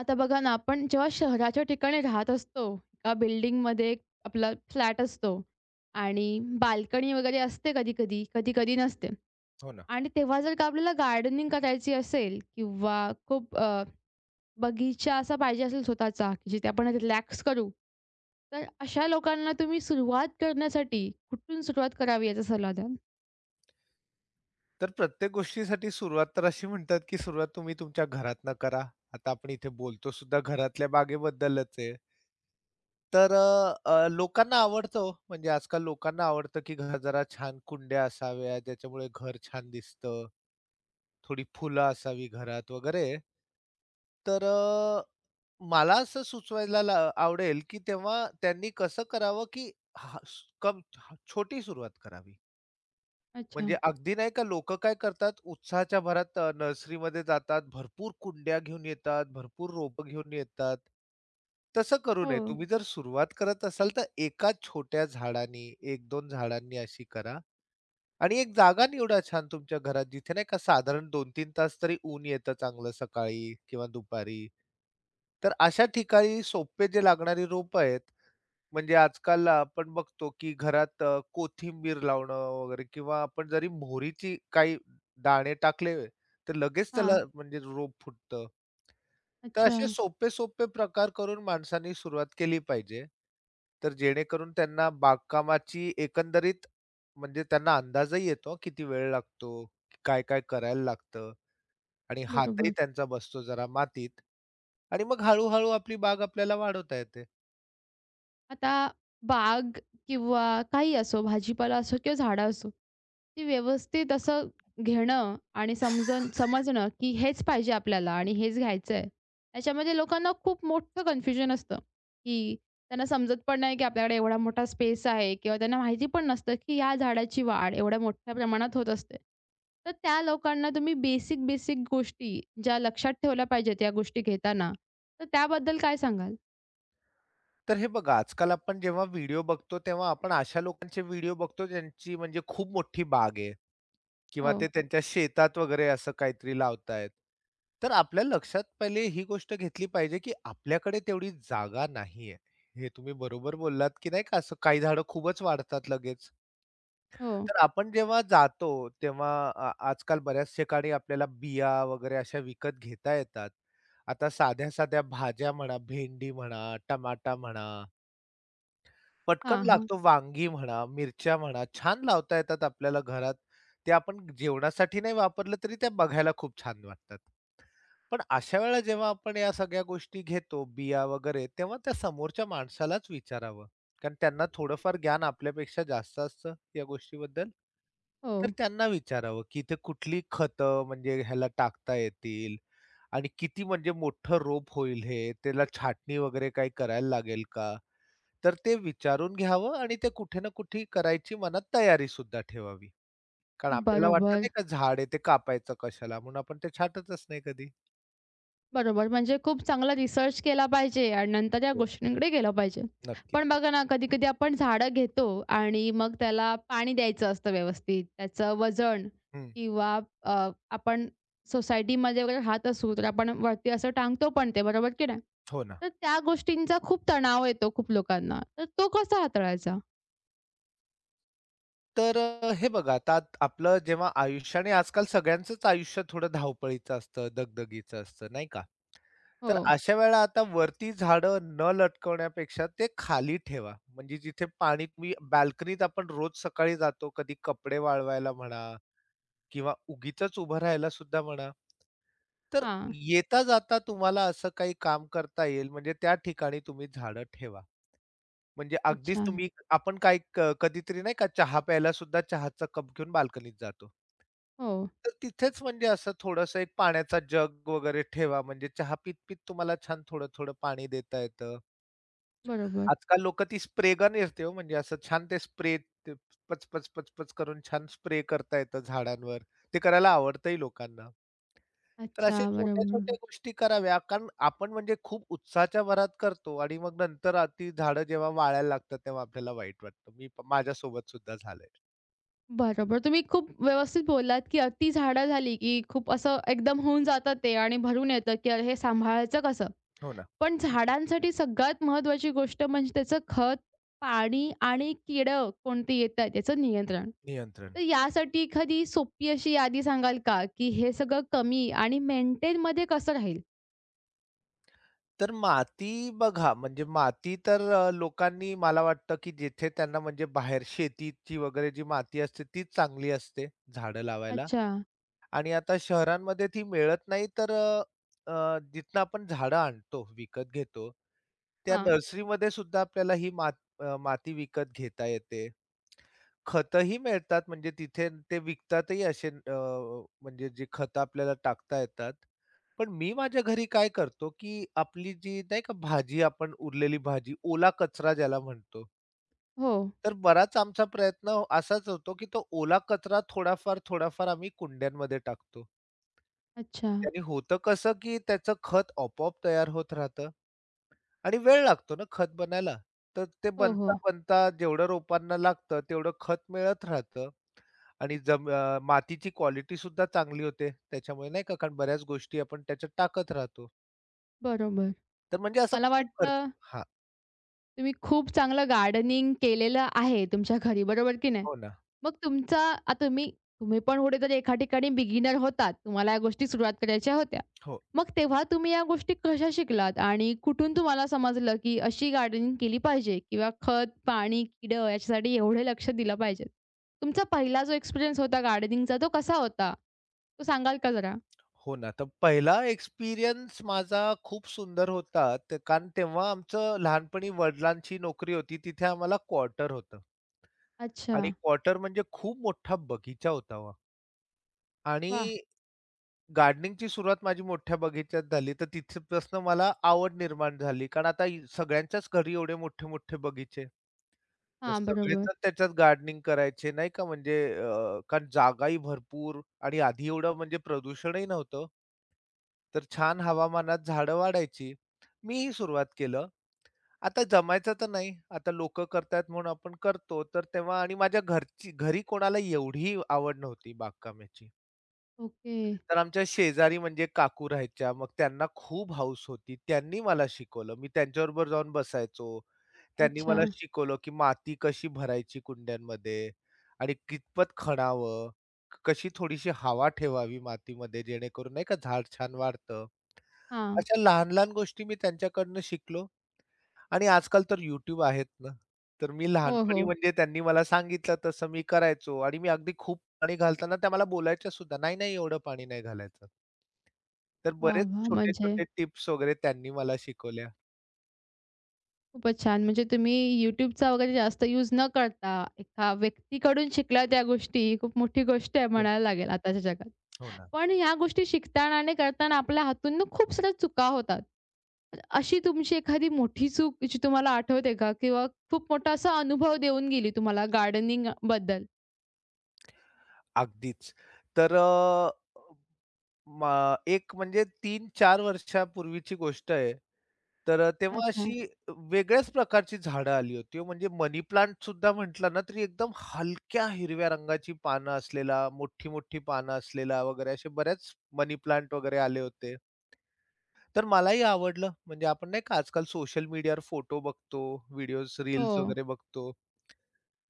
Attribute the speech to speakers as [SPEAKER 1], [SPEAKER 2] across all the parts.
[SPEAKER 1] आता बघा ना, आपण जेव्हा शहराच्या ठिकाणी राहत असतो, एका बिल्डिंगमध्ये एक आपला फ्लॅट असतो आणि बाल्कनी वगैरे असते कधी-कधी, कधी-कधी नसते.
[SPEAKER 2] हो ना.
[SPEAKER 1] आणि तेव्हा जर का आपल्याला गार्डनिंग करायची असेल किंवा खूप बगीचा असा पाहिजे असेल स्वतःचा, की जिथे आपण रिलॅक्स करू. तर अशा लोकांना तुम्ही सुरुवात करण्यासाठी कुठून सुरुवात करावी याचा सल्ला द्याल?
[SPEAKER 2] तर प्रत्येक गोष्टीसाठी सुरुवात तर अशी म्हणतात, की सुरुवात तुम्ही तुमच्या घरातनं करा. आता आपण इथे बोलतो सुद्धा घरातल्या बागेबद्दलच आहे. तर अ, अ, लोकांना आवडतं हो. म्हणजे आजकाल लोकांना आवडतं, की घर जरा छान कुंड्या असाव्या, ज्याच्यामुळे घर छान दिसतं. थोडी फुलं असावी घरात वगैरे. तर मला असं सुचवायला आवडेल, की तेव्हा त्यांनी कसं करावं, की हा स- कम छोटी सुरुवात करावी.
[SPEAKER 1] अच्छा.
[SPEAKER 2] म्हणजे अगदी नाही का लोकं काय करतात उत्साहाच्या भरात नर्सरीमध्ये जातात, भरपूर कुंड्या घेऊन येतात, भरपूर रोपं घेऊन येतात. तसं करू
[SPEAKER 1] हो.
[SPEAKER 2] नये. तुम्ही जर सुरुवात करत असाल तर एका छोट्या झाडानी, एक दोन झाडांनी अशी करा आणि एक जागा निवडा छान तुमच्या घरात जिथे नाही का साधारण 2-3 तास तरी ऊन येतं चांगलं सकाळी किंवा दुपारी. तर अशा ठिकाणी सोपे जे लागणारी रोपं आहेत म्हणजे आजकाल आपण बघतो, की घरात कोथिंबीर लावणं वगैरे किंवा आपण जरी मोहरीची काही दाणे टाकले, तर लगेच त्याला
[SPEAKER 1] हां.
[SPEAKER 2] म्हणजे रोप फुटतं. तर
[SPEAKER 1] अच्छा.
[SPEAKER 2] असे सोपे-सोपे प्रकार करून माणसांनी सुरुवात केली पाहिजे. तर जेणेकरून त्यांना बागकामाची एकंदरीत म्हणजे त्यांना अंदाजही येतो किती वेळ लागतो, काय-काय करायला लागतं आणि हातही
[SPEAKER 1] बरोबर.
[SPEAKER 2] त्यांचा बसतो जरा मातीत आणि मग हळू आपली बाग आपल्याला वाढवता येते.
[SPEAKER 1] आता बाग किंवा काही असो, भाजीपाला असो किंवा झाडं असो, ती व्यवस्थित असं घेणं आणि समजून समजणं, की हेच पाहिजे आपल्याला आणि हेच घ्यायचं आहे. त्याच्यामध्ये लोकांना खूप मोठं कन्फ्युजन असतं, की त्यांना समजत पण नाही, की आपल्याकडे एवढा मोठा स्पेस आहे किंवा त्यांना माहिती पण नसतं, की या झाडाची वाढ एवढ्या मोठ्या प्रमाणात होत असते. तर त्या लोकांना तुम्ही बेसिक, बेसिक गोष्टी ज्या लक्षात ठेवल्या पाहिजेत, या गोष्टी घेताना, तर त्याबद्दल काय सांगाल?
[SPEAKER 2] तर हे बघा, आजकाल आपण जेव्हा व्हिडिओ बघतो, तेव्हा आपण अशा लोकांचे व्हिडिओ बघतो, ज्यांची म्हणजे खूप मोठी बाग आहे किंवा
[SPEAKER 1] हो,
[SPEAKER 2] ते त्यांच्या शेतात वगैरे असं काहीतरी लावतायत. तर आपल्या लक्षात पहिले ही गोष्ट घेतली पाहिजे, की आपल्याकडे तेवढी जागा नाहीये. हे तुम्ही बरोबर बोललात, की नाही का असं काही झाडं खूपच वाढतात लगेच.
[SPEAKER 1] हो.
[SPEAKER 2] तर आपण जेव्हा जातो, तेव्हा आजकाल बऱ्याच ठिकाणी आपल्याला बिया वगैरे अशा विकत घेता येतात. आता साध्या-साध्या भाज्या म्हणा, भेंडी म्हणा, टमाटा म्हणा पटकन
[SPEAKER 1] हां, हां.
[SPEAKER 2] लागतो वांगी म्हणा, मिरच्या म्हणा, छान लावता येतात आपल्याला घरात. ते आपण जेवणासाठी नाही वापरलं तरी त्या बघायला खूप छान वाटतात. पण अशा वेळेला जेव्हा आपण या सगळ्या गोष्टी घेतो, बिया वगैरे, तेव्हा त्या समोरच्या माणसालाच विचारावं. कारण त्यांना थोडंफार ज्ञान आपल्यापेक्षा जास्त असतं या गोष्टीबद्दल.
[SPEAKER 1] हो.
[SPEAKER 2] तर त्यांना विचारावं, की इथे कुठली खतं म्हणजे ह्याला टाकता येतील आणि किती म्हणजे मोठं रोप होईल हे? त्याला छाटणी वगैरे काही करायला लागेल का? तर ते विचारून घ्यावं आणि ते कुठे ना कुठे करायची मनात तयारी सुद्धा ठेवावी. कारण आपल्याला वाटतं
[SPEAKER 1] बरोबर,
[SPEAKER 2] नाही का झाड आहे ते कापायचं कशाला? म्हणून आपण ते छाटतच नाही कधी.
[SPEAKER 1] बरोबर. म्हणजे खूप चांगला रिसर्च केला पाहिजे आणि नंतर या
[SPEAKER 2] हो.
[SPEAKER 1] गोष्टींकडे गेलं पाहिजे. पण
[SPEAKER 2] नक्कीच.
[SPEAKER 1] बघा ना, कधी-कधी आपण झाडं घेतो आणि मग त्याला पाणी द्यायचं असतं व्यवस्थित. त्याचं वजन
[SPEAKER 2] हं.
[SPEAKER 1] किंवा आपण सोसायटीमध्ये वगैरे राहत असू, तर आपण वरती असं टांगतो पण ते, बरोबर की नाही?
[SPEAKER 2] हो ना.
[SPEAKER 1] तर त्या गोष्टींचा खूप तणाव येतो खूप लोकांना. तर तो कसा हाताळायचा?
[SPEAKER 2] तर हे बघा आता आपलं जेव्हा आयुष्य आणि आजकाल सगळ्यांचंच आयुष्य थोडं धावपळीचं असतं, दगदगीचं असतं नाही का?
[SPEAKER 1] हो.
[SPEAKER 2] तर अशा वेळेला आता वरती झाडं न लटकवण्यापेक्षा ते खाली ठेवा. म्हणजे जिथे पाणी तुम्ही बाल्कनीत आपण रोज सकाळी जातो, कधी कपडे वाळवायला म्हणा किंवा उगीचच उभं राहायला सुद्धा म्हणा. तर
[SPEAKER 1] हां.
[SPEAKER 2] येता जाता तुम्हाला असं काही काम करता येईल म्हणजे त्या ठिकाणी तुम्ही झाडं ठेवा. म्हणजे अगदीच
[SPEAKER 1] अच्छा.
[SPEAKER 2] तुम्ही आपण काय कधीतरी नाही का चहा प्यायला सुद्धा चहाचा कप घेऊन बाल्कनीत जातो.
[SPEAKER 1] हो.
[SPEAKER 2] तर तिथेच म्हणजे असं थोडंसं एक पाण्याचा जग वगैरे ठेवा. म्हणजे चहा पीत-पीत तुम्हाला छान थोडं-थोडं पाणी देता येतं.
[SPEAKER 1] बरोबर.
[SPEAKER 2] आजकाल लोकं ती स्प्रे गन येते हो म्हणजे असं छान ते स्प्रे पच, पच, पच, पच करून छान स्प्रे करता येतं झाडांवर. ते करायला आवडतंही लोकांना. तर
[SPEAKER 1] अच्छा.
[SPEAKER 2] अशा छोट्या-छोट्या
[SPEAKER 1] बरोबर.
[SPEAKER 2] गोष्टी कराव्या. कारण आपण म्हणजे खूप उत्साहाच्या भरात करतो आणि मग नंतर ती झाडं जेव्हा वाळायला लागतात, तेव्हा आपल्याला वाईट वाटतं. मी माझ्यासोबत सुद्धा झालंय.
[SPEAKER 1] बरोबर. तुम्ही खूप व्यवस्थित बोललात, की अती झाडं झाली, की खूप असं एकदम होऊन जातं ते आणि भरून येतं, की अरे हे सांभाळायचं कसं?
[SPEAKER 2] हो ना.
[SPEAKER 1] पण झाडांसाठी सगळ्यात महत्त्वाची गोष्ट म्हणजे त्याचं खत, पाणी आणि किडं कोणती येतात याचं नियंत्रण.
[SPEAKER 2] नियंत्रण.
[SPEAKER 1] तर यासाठी एखादी सोपी अशी यादी सांगाल का, की हे सगळं कमी आणि मेंटेनमध्ये कसं राहील?
[SPEAKER 2] तर माती बघा, म्हणजे माती तर लोकांनी मला वाटतं, की जिथे त्यांना म्हणजे बाहेर शेतीची वगैरे जी माती असते, तीच चांगली असते झाडं लावायला.
[SPEAKER 1] अच्छा.
[SPEAKER 2] आणि आता शहरांमध्ये ती मिळत नाही तर अ, अ, जिथनं आपण झाडं आणतो, विकत घेतो, त्या
[SPEAKER 1] हां.
[SPEAKER 2] नर्सरीमध्ये सुद्धा आपल्याला ही माती विकत घेता येते. खतंही मिळतात म्हणजे तिथे ते विकतातही असे म्हणजे जी खतं आपल्याला टाकता येतात. पण मी माझ्या घरी काय करतो, की आपली जी नाही का भाजी आपण उरलेली भाजी, ओला कचरा ज्याला म्हणतो.
[SPEAKER 1] हो.
[SPEAKER 2] तर बराच आमचा प्रयत्न असाच होतो, की तो ओला कचरा थोडाफार, थोडाफार आम्ही कुंड्यांमध्ये टाकतो.
[SPEAKER 1] अच्छा.
[SPEAKER 2] त्याने होतं कसं, की त्याचं खत आपोआप तयार होत राहतं आणि वेळ लागतो ना खत बनायला. तर ते
[SPEAKER 1] हो, हो.
[SPEAKER 2] बनता-बनता जेवढं रोपांना लागतं, तेवढं खत मिळत राहतं आणि मातीची क्वालिटी सुद्धा चांगली होते त्याच्यामुळे नाही का, कारण बऱ्याच गोष्टी आपण त्याच्यात टाकत राहतो.
[SPEAKER 1] बरोबर.
[SPEAKER 2] तर म्हणजे असा
[SPEAKER 1] मला
[SPEAKER 2] खूप खर्च
[SPEAKER 1] वाटलं
[SPEAKER 2] हां.
[SPEAKER 1] तुम्ही खूप चांगलं गार्डनिंग केलेलं आहे तुमच्या घरी, बरोबर की नाही?
[SPEAKER 2] हो ना.
[SPEAKER 1] मग तुमचा आता तुम्ही तुम्ही पण कुठेतरी एका ठिकाणी बिगिनर होतात. तुम्हाला या गोष्टी सुरुवात करायच्या होत्या.
[SPEAKER 2] हो.
[SPEAKER 1] मग तेव्हा तुम्ही या गोष्टी कशा शिकलात आणि कुठून तुम्हाला समजलं, की अशी गार्डनिंग केली पाहिजे किंवा खत, पाणी, किडं याच्यासाठी एवढे लक्ष दिलं पाहिजे? तुमचा पहिला जो एक्सपिरियन्स होता गार्डनिंगचा तो कसा होता? तो सांगाल का जरा?
[SPEAKER 2] हो ना. तर पहिला एक्सपिरियन्स माझा खूप सुंदर होता. ते कारण तेव्हा आमचं लहानपणी वडिलांची नोकरी होती. तिथे आम्हाला क्वार्टर होतं
[SPEAKER 1] अच्छा.
[SPEAKER 2] आणि क्वार्टर म्हणजे खूप मोठा बगीचा होता हो आणि
[SPEAKER 1] वाह!
[SPEAKER 2] गार्डनिंगची सुरुवात माझी मोठ्या बगीचात झाली. तर तिथपासून मला आवड निर्माण झाली. कारण आता सगळ्यांच्याच घरी एवढे मोठे-मोठे बगीचे. तर
[SPEAKER 1] हां, बरोबर.
[SPEAKER 2] सगळेजण त्याच्यात गार्डनिंग करायचे नाही का म्हणजे कारण जागाही भरपूर आणि आधी एवढं म्हणजे प्रदूषणही नव्हतं. तर छान हवामानात झाडं वाढायची. मीही सुरुवात केलं. आता जमायचं तर नाही. आता लोकं करतायत म्हणून आपण करतो. तर तेव्हा आणि माझ्या घरची घरी कोणाला एवढी आवड नव्हती बागकामाची.
[SPEAKER 1] ओके.
[SPEAKER 2] तर आमच्या शेजारी म्हणजे काकू राहायच्या. मग त्यांना खूप हौस होती. त्यांनी मला शिकवलं. मी त्यांच्याबरोबर जाऊन बसायचो. त्यांनी
[SPEAKER 1] अच्छा.
[SPEAKER 2] मला शिकवलं, की माती कशी भरायची कुंड्यांमध्ये आणि कितपत खणावं, कशी थोडीशी हवा ठेवावी मातीमध्ये जेणेकरून नाही का झाड छान वाढतं.
[SPEAKER 1] हां.
[SPEAKER 2] अशा लहान-लहान गोष्टी मी त्यांच्याकडनं शिकलो आणि आजकाल तर YouTube आहेत ना. तर मी
[SPEAKER 1] हो,
[SPEAKER 2] लहानपणी
[SPEAKER 1] हो.
[SPEAKER 2] म्हणजे त्यांनी मला सांगितलं तसं मी करायचो आणि मी अगदी खूप पाणी घालताना त्या मला बोलायच्या सुद्धा, "नाही, नाही एवढं पाणी नाही घालायचं." तर
[SPEAKER 1] वाह!
[SPEAKER 2] बरेच
[SPEAKER 1] वाह! म्हणजे
[SPEAKER 2] छोटे-छोटे टिप्स वगैरे त्यांनी मला शिकवल्या.
[SPEAKER 1] खूपच छान. म्हणजे तुम्ही YouTubeचा वगैरे जास्त यूज न करता एका व्यक्तीकडून शिकला त्या गोष्टी ही खूप मोठी गोष्ट आहे
[SPEAKER 2] हो ना,
[SPEAKER 1] म्हणायला लागेल आताच्या जगात.
[SPEAKER 2] हो ना.
[SPEAKER 1] पण ह्या गोष्टी शिकताना आणि करताना आपल्या हातून ना खूप साऱ्या चुका होतात. अशी तुमची एखादी मोठी चूक जी तुम्हाला आठवते का? किंवा खूप मोठा असा अनुभव देऊन गेली तुम्हाला गार्डनिंग बद्दल?
[SPEAKER 2] अगदीच. तर अ, म एक म्हणजे 3-4 वर्षापूर्वीची गोष्ट आहे. तर तेव्हा
[SPEAKER 1] अच्छा.
[SPEAKER 2] अशी वेगळ्याच प्रकारची झाडं आली होती हो. म्हणजे मनी प्लांट सुद्धा म्हटलं ना तरी एकदम हलक्या हिरव्या रंगाची पानं असलेला, मोठी-मोठी पानं असलेला वगैरे असे बऱ्याच मनी प्लांट वगैरे आले होते. तर मलाही आवडलं. म्हणजे आपण नाही का आजकाल सोशल मीडियावर फोटो बघतो, व्हिडिओज,
[SPEAKER 1] हो.
[SPEAKER 2] रील्स वगैरे बघतो.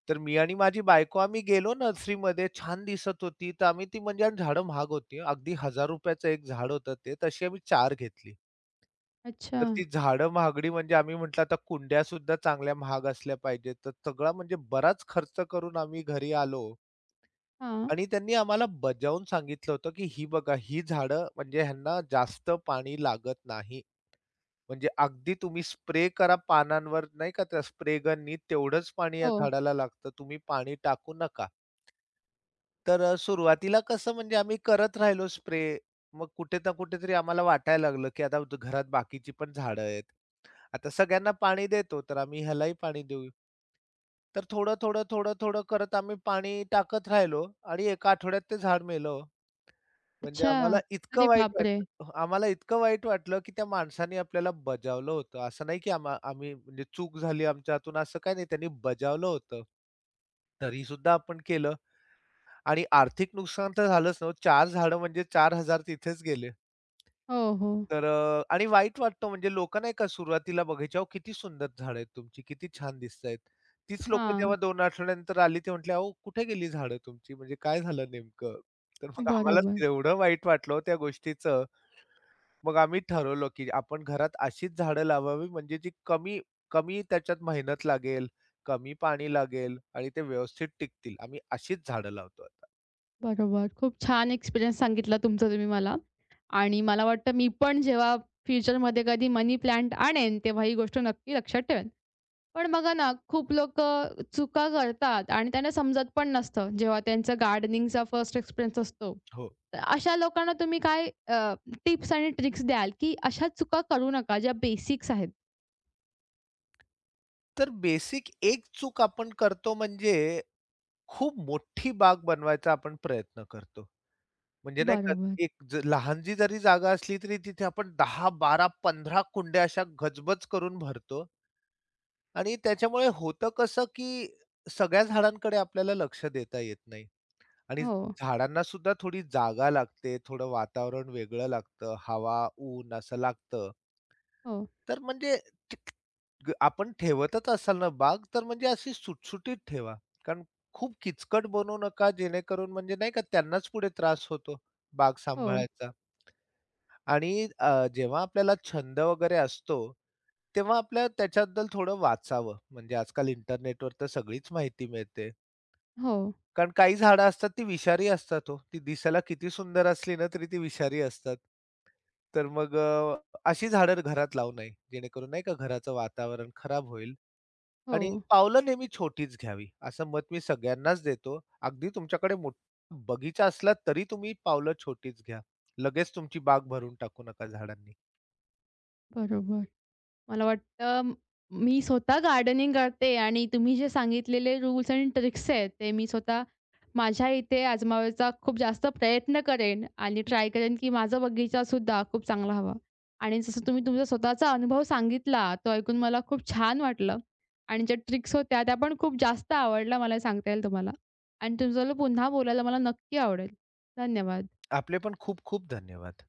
[SPEAKER 2] तर मी आणि माझी बायको आम्ही गेलो नर्सरीमध्ये छान दिसत होती. तर आम्ही ती म्हणजे आणि झाडं महाग होती. अगदी ₹1,000चं एक झाड होतं ते. तशी आम्ही 4 घेतली.
[SPEAKER 1] अच्छा.
[SPEAKER 2] तर ती झाडं महागडी म्हणजे आम्ही म्हटलं आता कुंड्या सुद्धा चांगल्या महाग असल्या पाहिजेत. तर सगळा म्हणजे बराच खर्च करून आम्ही घरी आलो
[SPEAKER 1] हां.
[SPEAKER 2] आणि त्यांनी आम्हाला बजावून सांगितलं होतं, की "ही बघा, ही झाडं म्हणजे ह्यांना जास्त पाणी लागत नाही." म्हणजे अगदी तुम्ही स्प्रे करा पानांवर नाही का त्या स्प्रे गननी तेवढंच पाणी या
[SPEAKER 1] हो.
[SPEAKER 2] झाडाला लागतं, तुम्ही पाणी टाकू नका. तर सुरुवातीला कसं म्हणजे आम्ही करत राहिलो स्प्रे. मग कुठे ना कुठेतरी आम्हाला वाटायला लागलं, की आता घरात बाकीची पण झाडं आहेत. आता सगळ्यांना पाणी देतो, तर आम्ही ह्यालाही पाणी देऊ. तर थोडं, थोडं, थोडं, थोडं करत आम्ही पाणी टाकत राहिलो आणि एका आठवड्यात ते झाड मेलं हो. म्हणजे
[SPEAKER 1] अच्छा.
[SPEAKER 2] आम्हाला इतकं
[SPEAKER 1] अरे
[SPEAKER 2] वाईट
[SPEAKER 1] बापरे!
[SPEAKER 2] वाटलं आम्हाला इतकं वाईट वाटलं, की त्या माणसाने आपल्याला बजावलं होतं. असं नाही, की आम्ही म्हणजे चूक झाली आमच्या हातून असं काही नाही. त्यांनी बजावलं होतं. तरी सुद्धा आपण केलं आणि आर्थिक नुकसान तर झालंच ना हो. 4 झाडं म्हणजे 4,000 तिथेच गेले.
[SPEAKER 1] हो, हो.
[SPEAKER 2] तर आणि वाईट वाटतं म्हणजे लोकं नाही का सुरुवातीला बघायची, "अहो किती सुंदर झाडं आहेत तुमची, किती छान दिसतायत." तीच लोकं
[SPEAKER 1] हां.
[SPEAKER 2] जेव्हा 2 आठवड्यानंतर आली, ते म्हटले, "अहो कुठे गेली झाडं तुमची? म्हणजे काय झालं नेमकं?" तर मग आम्हाला
[SPEAKER 1] बरोबर.
[SPEAKER 2] एवढं वाईट वाटलं हो त्या गोष्टीचं. मग आम्ही ठरवलं, की आपण घरात अशीच झाडं लावावी म्हणजे जी कमी कमी त्याच्यात मेहनत लागेल, कमी पाणी लागेल आणि ते व्यवस्थित टिकतील. आम्ही अशीच झाडं लावतो आता.
[SPEAKER 1] बरोबर. खूप छान एक्सपिरियन्स सांगितला तुमचा तुम्ही मला आणि मला वाटतं मी पण जेव्हा फ्युचरमध्ये कधी मनी प्लांट आणेन, तेव्हा ही गोष्ट नक्की लक्षात ठेवेन. पण बघा ना, खूप लोकं चुका करतात आणि त्यांना समजत पण नसतं, जेव्हा त्यांचा गार्डनिंगचा फर्स्ट एक्सपिरियन्स असतो.
[SPEAKER 2] हो.
[SPEAKER 1] तर अशा लोकांना तुम्ही काय टिप्स आणि ट्रिक्स द्याल, की अशा चुका करू नका, ज्या बेसिक्स आहेत?
[SPEAKER 2] तर बेसिक एक चूक आपण करतो म्हणजे खूप मोठी बाग बनवायचा आपण प्रयत्न करतो. म्हणजे नाही का
[SPEAKER 1] बरोबर.
[SPEAKER 2] एक लहानशी जरी जागा असली तरी तिथे आपण 10, 12, 15 कुंड्या अशा गजबज करून भरतो आणि त्याच्यामुळे होतं कसं, की सगळ्या झाडांकडे आपल्याला लक्ष देता येत नाही. आणि
[SPEAKER 1] हो,
[SPEAKER 2] झाडांना सुद्धा थोडी जागा लागते, थोडं वातावरण वेगळं लागतं, हवा, ऊन असं लागतं.
[SPEAKER 1] हो,
[SPEAKER 2] तर म्हणजे ते आपण ठेवतच असाल ना बाग, तर म्हणजे अशी सुटसुटीत ठेवा. कारण खूप किचकट बनवू नका, जेणेकरून म्हणजे नाही का त्यांनाच पुढे त्रास होतो बाग
[SPEAKER 1] हो,
[SPEAKER 2] सांभाळायचा. आणि जेव्हा आपल्याला छंद वगैरे असतो, तेव्हा आपल्याला त्याच्याबद्दल थोडं वाचावं. म्हणजे आजकाल इंटरनेटवर तर सगळीच माहिती मिळते.
[SPEAKER 1] हो,
[SPEAKER 2] कारण काही झाडं असतात ती विषारी असतात हो. ती दिसायला किती सुंदर असली ना तरी ती विषारी असतात. तर मग अशी झाडं घरात लावू नये. जेणेकरून नाही का घराचं वातावरण खराब होईल
[SPEAKER 1] हो.
[SPEAKER 2] आणि पावलं नेहमी छोटीच घ्यावी. असं मत मी सगळ्यांनाच देतो. अगदी तुमच्याकडे मोठा बगीचा असला तरी तुम्ही पावलं छोटीच घ्या. लगेच तुमची बाग भरून टाकू नका झाडांनी.
[SPEAKER 1] बरोबर. मला वाटतं मी स्वतः गार्डनिंग करते आणि तुम्ही जे सांगितलेले रूल्स आणि ट्रिक्स आहेत, ते मी स्वतः माझ्या इथे आजमावायचा खूप जास्त प्रयत्न करेन आणि ट्राय करेन, की माझा बगीचासुद्धा खूप चांगला हवा. आणि जसं तुम्ही तुमचा स्वतःचा अनुभव सांगितला, तो ऐकून मला खूप छान वाटलं आणि ज्या ट्रिक्स होत्या, त्या पण खूप जास्त आवडल्या मला सांगता येईल तुम्हाला. आणि तुमच्यासोबत पुन्हा बोलायला मला नक्की आवडेल. धन्यवाद.
[SPEAKER 2] आपले पण खूप खूप धन्यवाद.